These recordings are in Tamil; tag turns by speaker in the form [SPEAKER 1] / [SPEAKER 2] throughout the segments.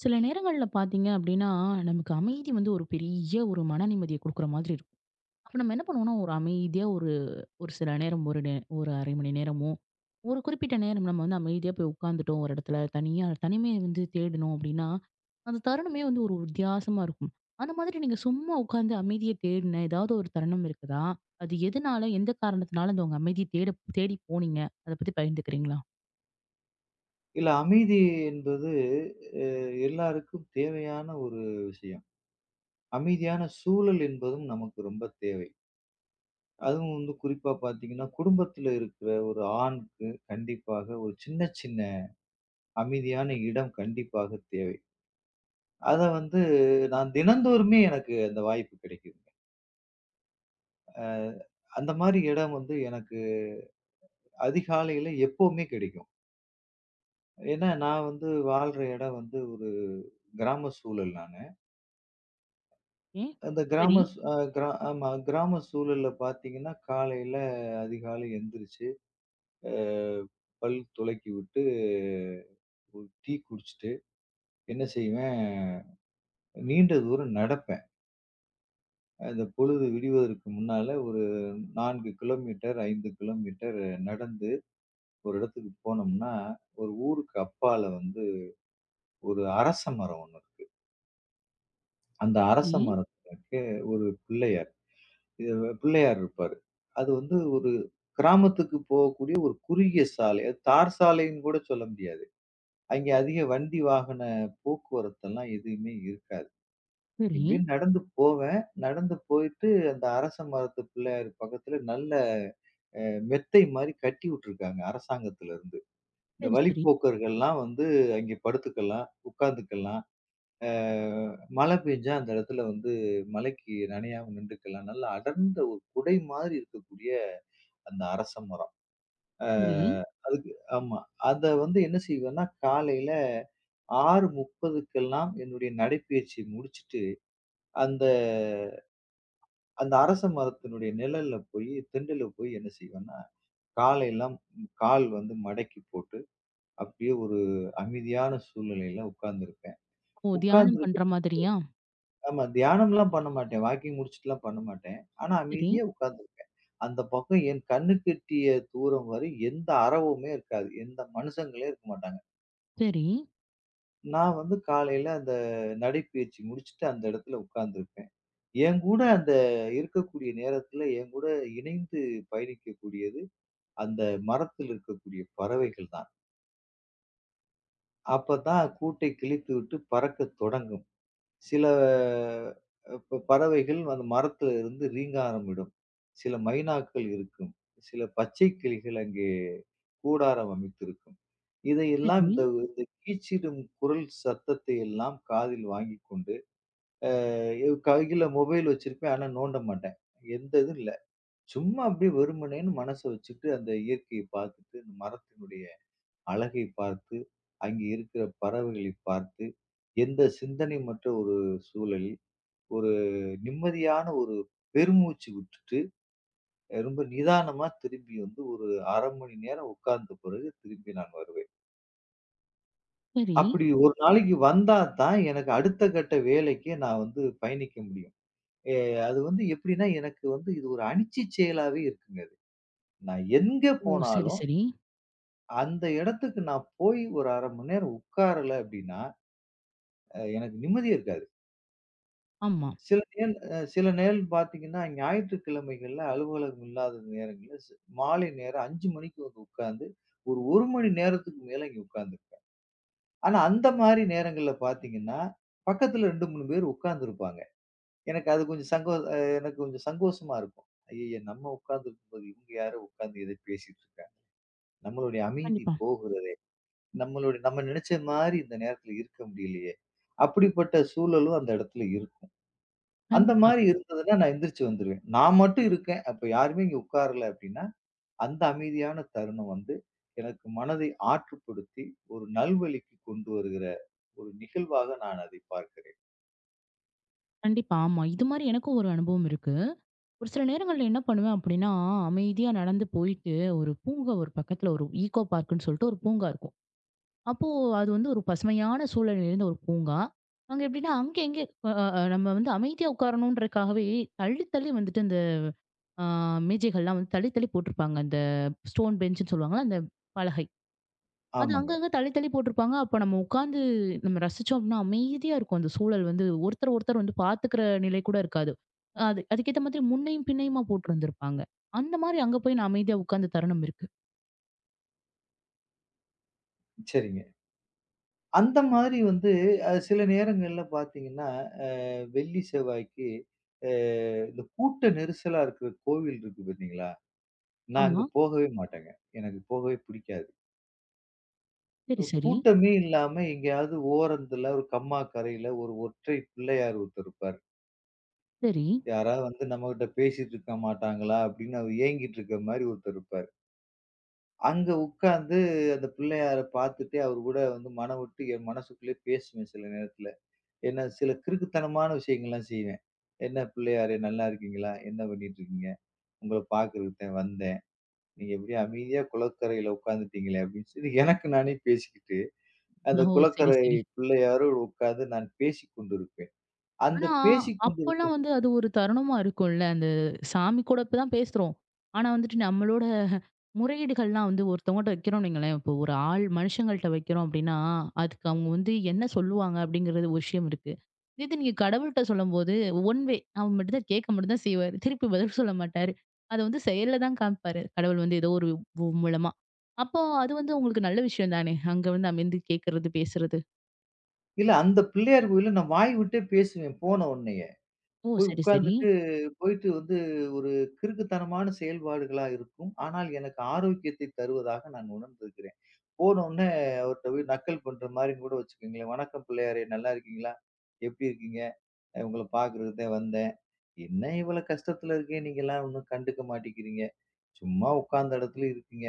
[SPEAKER 1] சில நேரங்கள்ல பாத்தீங்க அப்படின்னா, நமக்கு அமைதி வந்து ஒரு பெரிய ஒரு மன நிம்மதிய குடுக்குற மாதிரி இருக்கும். அப்ப நம்ம என்ன பண்ணுவோம்னா, ஒரு அமைதியா ஒரு ஒரு சில நேரம் ஒரு 1/2 மணி நேரமோ, ஒரு குறிப்பிட்ட நேரம் நம்ம வந்து அமைதியா போய் உட்கார்ந்துட்டோம் ஒரு இடத்துல, தனியா தனிமைய வந்து தேடினோம் அப்படின்னா, அந்த தருணமே வந்து ஒரு வித்தியாசமா இருக்கும். அந்த மாதிரி நீங்க சும்மா உட்கார்ந்து அமைதிய தேடின ஏதாவது ஒரு தருணம் இருக்குதா? அது எதனால, எந்த காரணத்தினால அந்த உங்க அமைதிய தேடி போனீங்க? அத பத்தி பகிர்ந்துக்கிறீங்களா?
[SPEAKER 2] இல்ல அமைதி என்பது அ எல்லாருக்கும் தேவையான ஒரு விஷயம். அமைதியான சூழல் என்பதும் நமக்கு ரொம்ப தேவை. அதுவும் வந்து குறிப்பா பார்த்தீங்கன்னா, குடும்பத்தில இருக்கிற ஒரு ஆணுக்கு கண்டிப்பாக ஒரு சின்ன சின்ன அமைதியான இடம் கண்டிப்பாக தேவை. அத வந்து நான் தினந்தோறுமே எனக்கு அந்த வாய்ப்பு கிடைக்குதுங்க. அ அந்த மாரி இடம் வந்து எனக்கு அதிகாலையில எப்பவுமே கிடைக்கும். ஏன்னா நான் வந்து வாழ்ற இடம் வந்து ஒரு கிராம சூழல் நானு.
[SPEAKER 1] ஏன்?
[SPEAKER 2] அந்த
[SPEAKER 1] சரி.
[SPEAKER 2] கிராம சூ அ கிரா ஆமா. கிராம சூழல்ல பார்த்தீங்கன்னா, காலையில அதிகாலை எந்திரிச்சு, அ பல் துலக்கி விட்டு, ஒரு டீ குடிச்சிட்டு, என்ன செய்வேன், நீண்ட தூரம் நடப்பேன். அந்த பொழுது விடிவதற்கு முன்னால ஒரு 4 கிலோமீட்டர், 5 கிலோமீட்டர் நடந்து ஒரு இடத்துக்கு போனோம்னா, ஒரு ஊருக்கு அப்பால வந்து ஒரு அரச மரம் ஒண்ணு இருக்கு. அந்த அரச
[SPEAKER 1] சரி.
[SPEAKER 2] மரத்துக்கு ஒரு பிள்ளையார். இது பிள்ளையார் இருப்பாரு. அது வந்து ஒரு கிராமத்துக்கு போகக்கூடிய ஒரு குறுகிய சாலை. அது தார் சாலைன்னு கூட சொல்ல முடியாது. அங்கே அதிக வண்டி வாகன போக்குவரத்தெல்லாம் எதுவுமே இருக்காது.
[SPEAKER 1] சரி.
[SPEAKER 2] இப்படின்னு நடந்து போவேன். நடந்து போயிட்டு அந்த அரச மரத்து பிள்ளையார் பக்கத்துல நல்ல அ மெத்தை மாரி கட்டி விட்டுருக்காங்க அரசாங்கத்துல இருந்து. இந்த
[SPEAKER 1] சரி, சரி.
[SPEAKER 2] வழிப்போக்கர்கள்லாம் வந்து அங்கே படுத்துக்கலாம், உட்காந்துக்கலாம். அ மழை பெஞ்சா அந்த இடத்துல வந்து மழைக்கு நனையாம நின்டுக்கலாம். நல்லா அடர்ந்த ஒரு குடை மாதிரி இருக்கக்கூடிய அந்த அரச மரம். அ
[SPEAKER 1] சரி.
[SPEAKER 2] அதுக்கு ஆமா. அத வந்து என்ன செய்வேன்னா, காலையில 6:30க்கெல்லாம் என்னுடைய நடைப்பயிற்சி முடிச்சுட்டு, அந்த அந்த அரச மரத்தினுடைய நிழல்ல போயி திண்டுல போய் என்ன செய்வேன்னா, காலையெல்லாம் கால் வந்து மடக்கி போட்டு, அப்படியே ஒரு அமைதியான சூழ்நிலையில உட்கார்ந்திருப்பேன்.
[SPEAKER 1] ஓ! தியானம்
[SPEAKER 2] உட்கார்ந்திருக்கு
[SPEAKER 1] பண்ற மாதிரியா?
[SPEAKER 2] ஆமா. தியானம்லாம் பண்ண மாட்டேன். வாக்கிங் முடிச்சுட்டுலாம் பண்ண மாட்டேன். ஆனா
[SPEAKER 1] சரி,
[SPEAKER 2] அமைதியா உட்கார்ந்திருப்பேன். அந்த பக்கம் என் கண்ணுக்கெட்டிய தூரம் வரை எந்த அறவுமே இருக்காது. எந்த மனுஷங்களே இருக்க மாட்டாங்க.
[SPEAKER 1] சரி,
[SPEAKER 2] நான் வந்து காலையில அந்த நடைப்பயிற்சி முடிச்சுட்டு அந்த இடத்துல உட்கார்ந்துருப்பேன். என் கூட அந்த இருக்கக்கூடிய நேரத்துல என் கூட இணைந்து பயணிக்கக்கூடியது, அந்த மரத்தில் இருக்கக்கூடிய பறவைகள் தான். அப்பதான் கூட்டை கிழித்துவிட்டு பறக்கத் தொடங்கும். சில ப பறவைகள் அந்த மரத்துல இருந்து ரீங்காரமிடும். சில மைனாக்கள் இருக்கும். சில பச்சை கிளிகள் அங்கே கூடாரம் அமைத்திருக்கும். இதையெல்லாம்
[SPEAKER 1] சரி,
[SPEAKER 2] இந்த இந்த கீச்சிடும் குரல் சத்தத்தை எல்லாம் காதில் வாங்கிக் கொண்டு ஐயோ! கையில மொபைல் வச்சிருப்பேன். ஆனா நோண்ட மாட்டேன். எந்த இதுவும் இல்ல. சும்மா அப்படியே வெறுமனேன்னு மனச வச்சுட்டு, அந்த இயற்கையை பார்த்துட்டு, அந்த மரத்தினுடைய அழகை பார்த்து, அங்கே இருக்கிற பறவைகளை பார்த்து, எந்த சிந்தனையுமற்ற ஒரு சூழலில், ஒரு நிம்மதியான ஒரு பெருமூச்சு விட்டுட்டு, ரொம்ப நிதானமா திரும்பி வந்து ஒரு 1/2 மணி நேரம் உட்கார்ந்த பிறகு திரும்பி நான் வருவேன்.
[SPEAKER 1] சரி.
[SPEAKER 2] அப்படி ஒரு நாளைக்கு வந்தா தான் எனக்கு அடுத்த கட்ட வேலைக்கு நான் வந்து பயணிக்க முடியும். எ அது வந்து எப்படின்னா, எனக்கு வந்து இது ஒரு அணிச்சை செயலாவே இருக்குங்க அது. நான் எங்க
[SPEAKER 1] ஓ! சரி,
[SPEAKER 2] போனாலும்,
[SPEAKER 1] சரி.
[SPEAKER 2] அந்த இடத்துக்கு நான் போய் ஒரு 1/2 மணி நேரம் உட்காரல அப்படின்னா, எனக்கு நிம்மதியே இருக்காது.
[SPEAKER 1] ஆமா.
[SPEAKER 2] சில நேல் அ சில நேரம் பார்த்தீங்கன்னா, ஞாயிற்றுக்கிழமைகள்ல அலுவலகம் இல்லாத நேரங்கள்ல மாலை நேரம் 5 மணிக்கு வந்து உட்கார்ந்து, ஒரு 1 மணி நேரத்துக்கு மேல இங்க உட்கார்ந்துருப்பேன். ஆனா, அந்த மாரி நேரங்கள்ல பார்த்தீங்கன்னா, பக்கத்துல 2, 3 பேர் உட்கார்ந்திருப்பாங்க. எனக்கு அது கொஞ்சம் சங்கோ அ எனக்கு கொஞ்சம் சங்கோஷமா இருக்கும். ஐய்யய்ய! நம்ம உட்கார்ந்திருக்கும்போது இவங்க யாரோ உட்கார்ந்து ஏதோ பேசிட்டு இருக்காங்க. நம்மளுடைய அமைதி
[SPEAKER 1] கண்டிப்பா,
[SPEAKER 2] போகுறது. நம்ம நினைச்ச மாரி இந்த நேரத்துல இருக்க முடியலையே! அப்படிப்பட்ட சூழலும் அந்த இடத்துல இருக்கும். அந்த
[SPEAKER 1] கண்டிப்பா,
[SPEAKER 2] மாரி இருந்ததுன்னா நான் எந்திரிச்சு வந்துருவேன். நான் மட்டும் இருக்கேன். அப்ப யாருமே இங்க உட்காரல அப்படின்னா, அந்த அமைதியான தருணம் வந்து எனக்கு மனதை ஆற்றுப்படுத்தி ஒரு நல்வழிக்கு கொண்டு வருகிற ஒரு நிகழ்வாக நான் அதை பார்க்கிறேன்.
[SPEAKER 1] கண்டிப்பா. ஆமா. இது மாரி எனக்கும் ஒரு அனுபவம் இருக்கு. ஒரு சில நேரங்கள்ல என்ன பண்ணுவேன் அப்படின்னா, அமைதியா நடந்து போயிட்டு, ஒரு பூங்கா ஒரு பக்கத்துல ஒரு ஈகோ பார்க்குன்னு சொல்லிட்டு ஒரு பூங்கா இருக்கும். அப்போ அது வந்து ஒரு பசுமையான சூழல் இருந்த ஒரு பூங்கா. அங்க எப்படின்னா, அங்க எங்க அ அ நம்ம வந்து அமைதியா உட்காரணுன்றதுக்காகவே தள்ளி, தள்ளி வந்துட்டு அந்த அ மேஜைகள்லாம் வந்து தள்ளி, தள்ளி போட்டிருப்பாங்க. அந்த ஸ்டோன் பெஞ்சுன்னு சொல்லுவாங்கல்ல, அந்த பலகை. அது
[SPEAKER 2] ஆமாங்க.
[SPEAKER 1] அங்கங்க தள்ளி தள்ளி போட்டிருப்பாங்க. அப்ப நம்ம உட்கார்ந்து நம்ம ரசிச்சோம் அப்டின்னா, அமைதியா இருக்கும் அந்த சூழல் வந்து. ஒருத்தர் ஒருத்தர் வந்து பார்த்துக்கிற நிலை கூட இருக்காது. அது அதுக்கேத்த மாதிரி முன்னையும் பின்னையுமா போட்டிருந்திருப்பாங்க. அந்த மாரி அங்க போய் நான் அமைதியா உட்கார்ந்த தருணம் இருக்கு.
[SPEAKER 2] சரிங்க. அந்த மாதிரி வந்து சில நேரங்கள்ல பார்த்தீங்கன்னா, அ வெள்ளி, செவ்வாய்க்கு அ இந்த கூட்ட நெரிசலா இருக்கிற கோவில் இருக்கு பார்த்தீங்களா? நான்
[SPEAKER 1] ஆமா.
[SPEAKER 2] அங்க போகவே மாட்டேங்க. எனக்கு போகவே பிடிக்காது.
[SPEAKER 1] சரி, சரி,
[SPEAKER 2] கூட்டமே இல்லாம எங்கேயாவது ஓரத்துல ஒரு கம்மா கரையில ஒரு ஒற்றை பிள்ளையார் ஒருத்தர் இருப்பாரு.
[SPEAKER 1] சரி.
[SPEAKER 2] யாராவது வந்து நம்மகிட்ட பேசிட்டு இருக்க மாட்டாங்களா? அப்படின்னு அவர் ஏங்கிட்டு இருக்க மாரி ஒருத்தர் இருப்பாரு. அங்க உட்கார்ந்து அந்த பிள்ளையார பார்த்துட்டே அவர் கூட வந்து மனம் விட்டு என் மனசுக்குள்ளேயே பேசுவேன் சில நேரத்துல. என்ன சில கிறுக்குத்தனமான விஷயங்கள்லாம் செய்வேன். "என்ன பிள்ளையாரே நல்லா இருக்கீங்களா? என்ன பண்ணிட்டு இருக்கீங்க? உங்கள பார்க்கறதுக்கு தான் வந்தேன். நீங்க இப்படியே அமைதியா குளக்கரையில உட்கார்ந்துட்டீங்களே!" அப்படின்னு சொல்லி எனக்கு நானே பேசிக்கிட்டு, அந்த
[SPEAKER 1] ஓ! சரி,
[SPEAKER 2] குளக்கரை
[SPEAKER 1] சரி.
[SPEAKER 2] பிள்ளையாரோடு உட்கார்ந்து நான் பேசிக் கொண்டிருப்பேன். அந்த
[SPEAKER 1] ஆனா,
[SPEAKER 2] பேசிக் கொண்டிருக்க
[SPEAKER 1] அப்பல்லாம் வந்து அது ஒரு தருணமா இருக்கும்ல. அந்த சாமி கூட இப்ப தான் பேசுறோம். ஆனா வந்துட்டு நம்மளோட முறையீடுகள்லாம் வந்து ஒருத்தவங்கட்ட வைக்கிறோம்னு வைங்களேன், இப்போ ஒரு ஆள் மனுஷங்கள்ட்ட வைக்கிறோம் அப்படின்னா, அதுக்கு அவங்க வந்து என்ன சொல்லுவாங்க அப்படிங்கிறது ஒரு விஷயம் இருக்கு. இது நீங்க கடவுள்ட்ட சொல்லும்போது, ஒன் வே அவர் மட்டும் தான் கேட்க மட்டும் தான் செய்வாரு. திருப்பி பதில் சொல்ல மாட்டாரு. அத வந்து செயல்ல தான் காமிப்பாரு. கடவுள் வந்து ஏதோ ஒரு மூலமா. அப்போ அது வந்து உங்களுக்கு நல்ல விஷயம் தானே! அங்க வந்து அமைந்து கேட்கறது, பேசுறது.
[SPEAKER 2] இல்ல அந்த பிள்ளையார் கோயில்ல நான் வாய் விட்டே பேசுவேன் போன உடனேயே.
[SPEAKER 1] ஓ!
[SPEAKER 2] போய்
[SPEAKER 1] சரி, சரி.
[SPEAKER 2] உட்கார்ந்துட்டு போயிட்டு வந்து ஒரு கிறுக்குத்தனமான செயல்பாடுகளா இருக்கும். ஆனால் எனக்கு ஆரோக்கியத்தை தருவதாக நான் உணர்ந்திருக்கிறேன். போனோனே அவர்ட்ட போய் நக்கல் பண்ற மாரின்னு கூட வச்சுக்கோங்களேன். "வணக்கம் பிள்ளையாரே! நல்லா இருக்கீங்களா? எப்படி இருக்கீங்க? உங்கள பார்க்கறதுக்கு தான் வந்தேன். என்ன இவ்வளோ கஷ்டத்துல இருக்கேன், நீங்கலாம் ஒண்ணும் கண்டுக்க மாட்டேங்கிறீங்க. சும்மா உட்கார்ந்த இடத்துல இருக்கீங்க.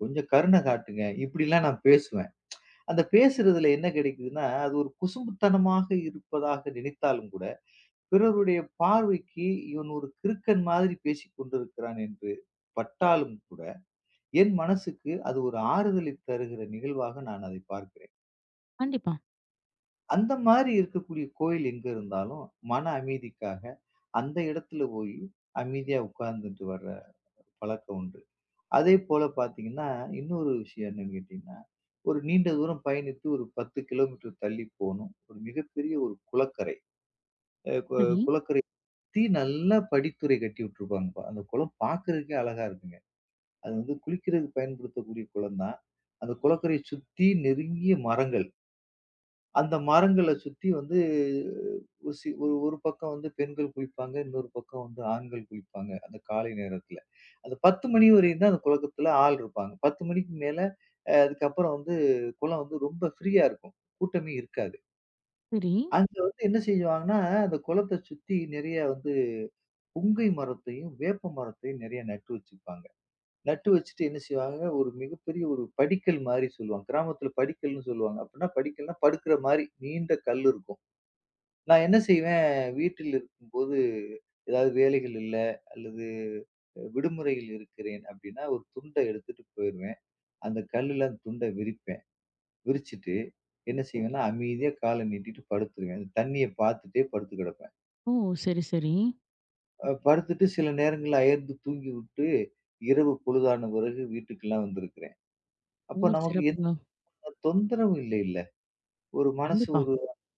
[SPEAKER 2] கொஞ்சம் கருணை காட்டுங்க." இப்படிலாம் நான் பேசுவேன். அந்த பேசுறதுல என்ன கிடைக்குதுன்னா, அது ஒரு குசும்புத்தனமாக இருப்பதாக நினைத்தாலும் கூட, பிறருடைய பார்வைக்கு இவன் ஒரு கிறுக்கன் மாதிரி பேசிக் கொண்டிருக்கிறான் என்று பட்டாலும் கூட, என் மனசுக்கு அது ஒரு ஆறுதலை தருகிற நிகழ்வாக நான் அதை பார்க்கிறேன்.
[SPEAKER 1] கண்டிப்பா.
[SPEAKER 2] அந்த மாரி இருக்கக்கூடிய கோயில் எங்க இருந்தாலும், மன அமைதிக்காக அந்த இடத்துல போயி அமைதியா உட்கார்ந்துட்டு வர்ற பழக்கம் உண்டு. அதேபோல பார்த்தீங்கன்னா, இன்னொரு விஷயம் என்னன்னு கேட்டீங்கன்னா, ஒரு நீண்ட தூரம் பயணித்து ஒரு 10 கிலோமீட்டர் தள்ளி போணும். ஒரு மிகப்பெரிய ஒரு குளக்கரை. அ கு
[SPEAKER 1] சரி,
[SPEAKER 2] குளக்கரை சுத்தி நல்லா படித்துறை கட்டி விட்டுருப்பாங்கப்பா. அந்த குளம் பார்க்கறதுக்கே அழகா இருக்குங்க. அது வந்து குளிக்கிறதுக்கு பயன்படுத்தக்கூடிய குளம் தான். அந்த குளக்கரைய சுத்தி நெருங்கிய மரங்கள். அந்த மரங்கள சுத்தி வந்து ஒரு சி ஒரு ஒரு பக்கம் வந்து பெண்கள் குளிப்பாங்க. இன்னொரு பக்கம் வந்து ஆண்கள் குளிப்பாங்க. அந்த காலை நேரத்துல. அந்த 10 மணி வரையும் தான் அந்த குளத்துல ஆள் இருப்பாங்க. 10 மணிக்கு மேல அதுக்கப்புறம் வந்து குளம் வந்து ரொம்ப ஃப்ரீயா இருக்கும். கூட்டமே இருக்காது.
[SPEAKER 1] சரி.
[SPEAKER 2] அங்க வந்து என்ன செய்வாங்கன்னா, அந்த குளத்த சுத்தி நெறைய வந்து புங்கை மரத்தையும், வேப்ப மரத்தையும் நெறைய நட்டு வச்சுருப்பாங்க. நட்டு வச்சுட்டு என்ன செய்வாங்க, ஒரு மிகப்பெரிய ஒரு படிக்கல் மாரி சொல்லுவாங்க. கிராமத்துல படிக்கல்ன்னு சொல்லுவாங்க. அப்டின்னா படிக்கல்ன்னா படுக்குற மாரி நீண்ட கல் இருக்கும். நான் என்ன செய்வேன், வீட்டில் இருக்கும்போது ஏதாவது வேலைகள் இல்ல, அல்லது விடுமுறையில் இருக்கிறேன் அப்படின்னா, ஒரு துண்ட எடுத்துட்டு போயிருவேன். அந்த கல்லுல அந்த துண்ட விரிப்பேன். விரிச்சுட்டு என்ன செய்வேன்னா, அமைதியா கால நீட்டிட்டு படுத்துருவேன். அந்த தண்ணிய பார்த்துட்டே படுத்து கிடப்பேன்.
[SPEAKER 1] ஓ! சரி, சரி.
[SPEAKER 2] படுத்துட்டு சில நேரங்கள்ல அயர்ந்து தூங்கிவிட்டு, இரவு பொழுதான பிறகு வீட்டுக்கெல்லாம் வந்திருக்கிறேன். அப்ப
[SPEAKER 1] ஓ!
[SPEAKER 2] நமக்கு
[SPEAKER 1] சிறப்புங்க.
[SPEAKER 2] எந்த தொந்தரவும் இல்லைல்ல. ஒரு மனசு
[SPEAKER 1] கண்டிப்பா,
[SPEAKER 2] ஒரு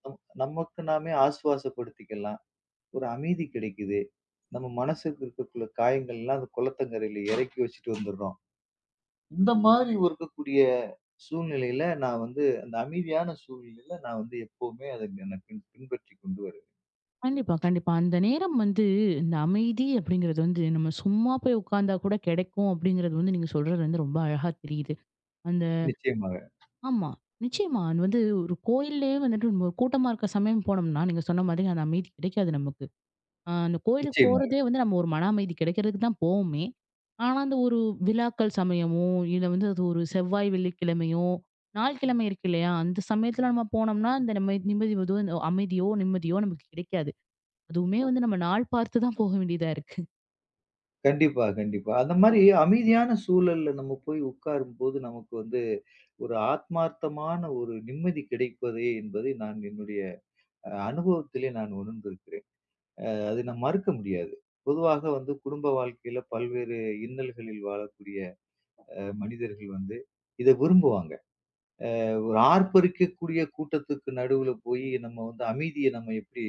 [SPEAKER 2] நமக்கு நாமே ஆசுவாசப்படுத்திக்கலாம். ஒரு அமைதி கிடைக்குது. நம்ம மனசுக்கு இருக்கக்குள்ள காயங்கள்லாம் அந்த குளத்தங்கரையில இறக்கி வச்சுட்டு வந்துடுறோம். இந்த மாதிரி ஒரு இருக்கக்கூடிய சூழ்நிலையில நான் வந்து அந்த அமைதியான சூழ்நிலையில நான் வந்து எப்பவுமே அத நான் பின்பற்றி கொண்டு வருவேன்.
[SPEAKER 1] கண்டிப்பா, கண்டிப்பா. அந்த நேரம் வந்து இந்த அமைதி அப்படிங்கிறது வந்து நம்ம சும்மா போய் உட்கார்ந்தா கூட கிடைக்கும் அப்படிங்கிறது வந்து நீங்க சொல்றது வந்து ரொம்ப அழகா தெரியுது. அந்த
[SPEAKER 2] நிச்சயமாக,
[SPEAKER 1] ஆமா. நிச்சயமா. அது வந்து ஒரு கோயில்லயே வந்துட்டு நம்ம ஒரு கூட்டமா இருக்க சமயம் போனோம்னா, நீங்க சொன்ன மாதிரி அந்த அமைதி கிடைக்காது நமக்கு. அந்த கோயிலுக்கு
[SPEAKER 2] நிச்சயமாக.
[SPEAKER 1] போறதே வந்து நம்ம ஒரு மன அமைதி கிடைக்கிறதுக்கு தான் போவோமே. ஆனா, அந்த ஒரு விழாக்கள் சமயமோ, இல்ல வந்து அது ஒரு செவ்வாய், வெள்ளிக்கிழமையோ, நாள் கிழமை இருக்கு இல்லையா? அந்த சமயத்துல நம்ம போனோம்னா, அந்த நம்ம நிம்மதி எதுவும் இந்த அமைதியோ, நிம்மதியோ நமக்கு கிடைக்காது. அதுவுமே வந்து நம்ம நாள் பார்த்து தான் போக வேண்டியதா இருக்கு.
[SPEAKER 2] கண்டிப்பா, கண்டிப்பா. அந்த மாரி அமைதியான சூழல்ல நம்ம போய் உட்காரும்போது நமக்கு வந்து ஒரு ஆத்மார்த்தமான ஒரு நிம்மதி கிடைப்பதே என்பதை நான் என்னுடைய அனுபவத்திலே நான் உணர்ந்திருக்கிறேன். அது நம்ம மறுக்க முடியாது. பொதுவாக வந்து குடும்ப வாழ்க்கையில பல்வேறு இன்னல்களில் வாழக்கூடிய மனிதர்கள் வந்து இத விரும்புவாங்க. ஒரு ஆர்ப்பரிக்கக்கூடிய கூட்டத்துக்கு நடுவுல போயி நம்ம வந்து அமைதிய நம்ம எப்படி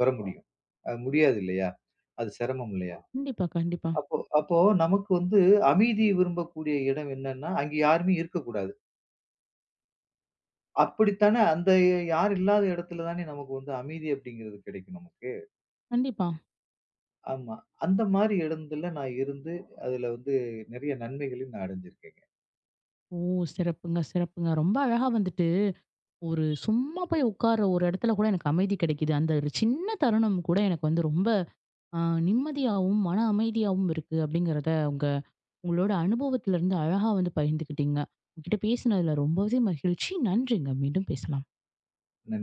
[SPEAKER 2] பெற முடியும்? முடியாது இல்லையா? அது சிரமம் இல்லையா?
[SPEAKER 1] கண்டிப்பா, கண்டிப்பா,
[SPEAKER 2] அப்போ அப்போ நமக்கு வந்து அமைதிய விரும்பக்கூடிய இடம் என்னன்னா, அங்க யாருமே இருக்கக்கூடாது. அப்படித்தானே அந்த யாரும் இல்லாத இடத்துல தானே நமக்கு வந்து அமைதி அப்படிங்கிறது கிடைக்கும் நமக்கு.
[SPEAKER 1] கண்டிப்பா.
[SPEAKER 2] ஆமா. அந்த மாரி இடத்துல நான் இருந்து, அதுல வந்து நெறைய நன்மைகளையும் நான் அடைஞ்சிருக்கேங்க.
[SPEAKER 1] ஓ! சிறப்புங்க, சிறப்புங்க. ரொம்ப அழகா வந்துட்டு ஒரு சும்மா போய் உட்கார்ற ஒரு இடத்துல கூட எனக்கு அமைதி கிடைக்குது. அந்த ஒரு சின்ன தருணம் கூட எனக்கு வந்து ரொம்ப ஆ நிம்மதியாவும், மன அமைதியாவும் இருக்கு அப்படிங்கிறத உங்களோட அனுபவத்திலிருந்து அழகா வந்து பகிர்ந்துக்கிட்டீங்க. உங்ககிட்ட பேசினதுல ரொம்பவே மகிழ்ச்சி. நன்றிங்க. மீண்டும் பேசலாம்.
[SPEAKER 2] நன்றி.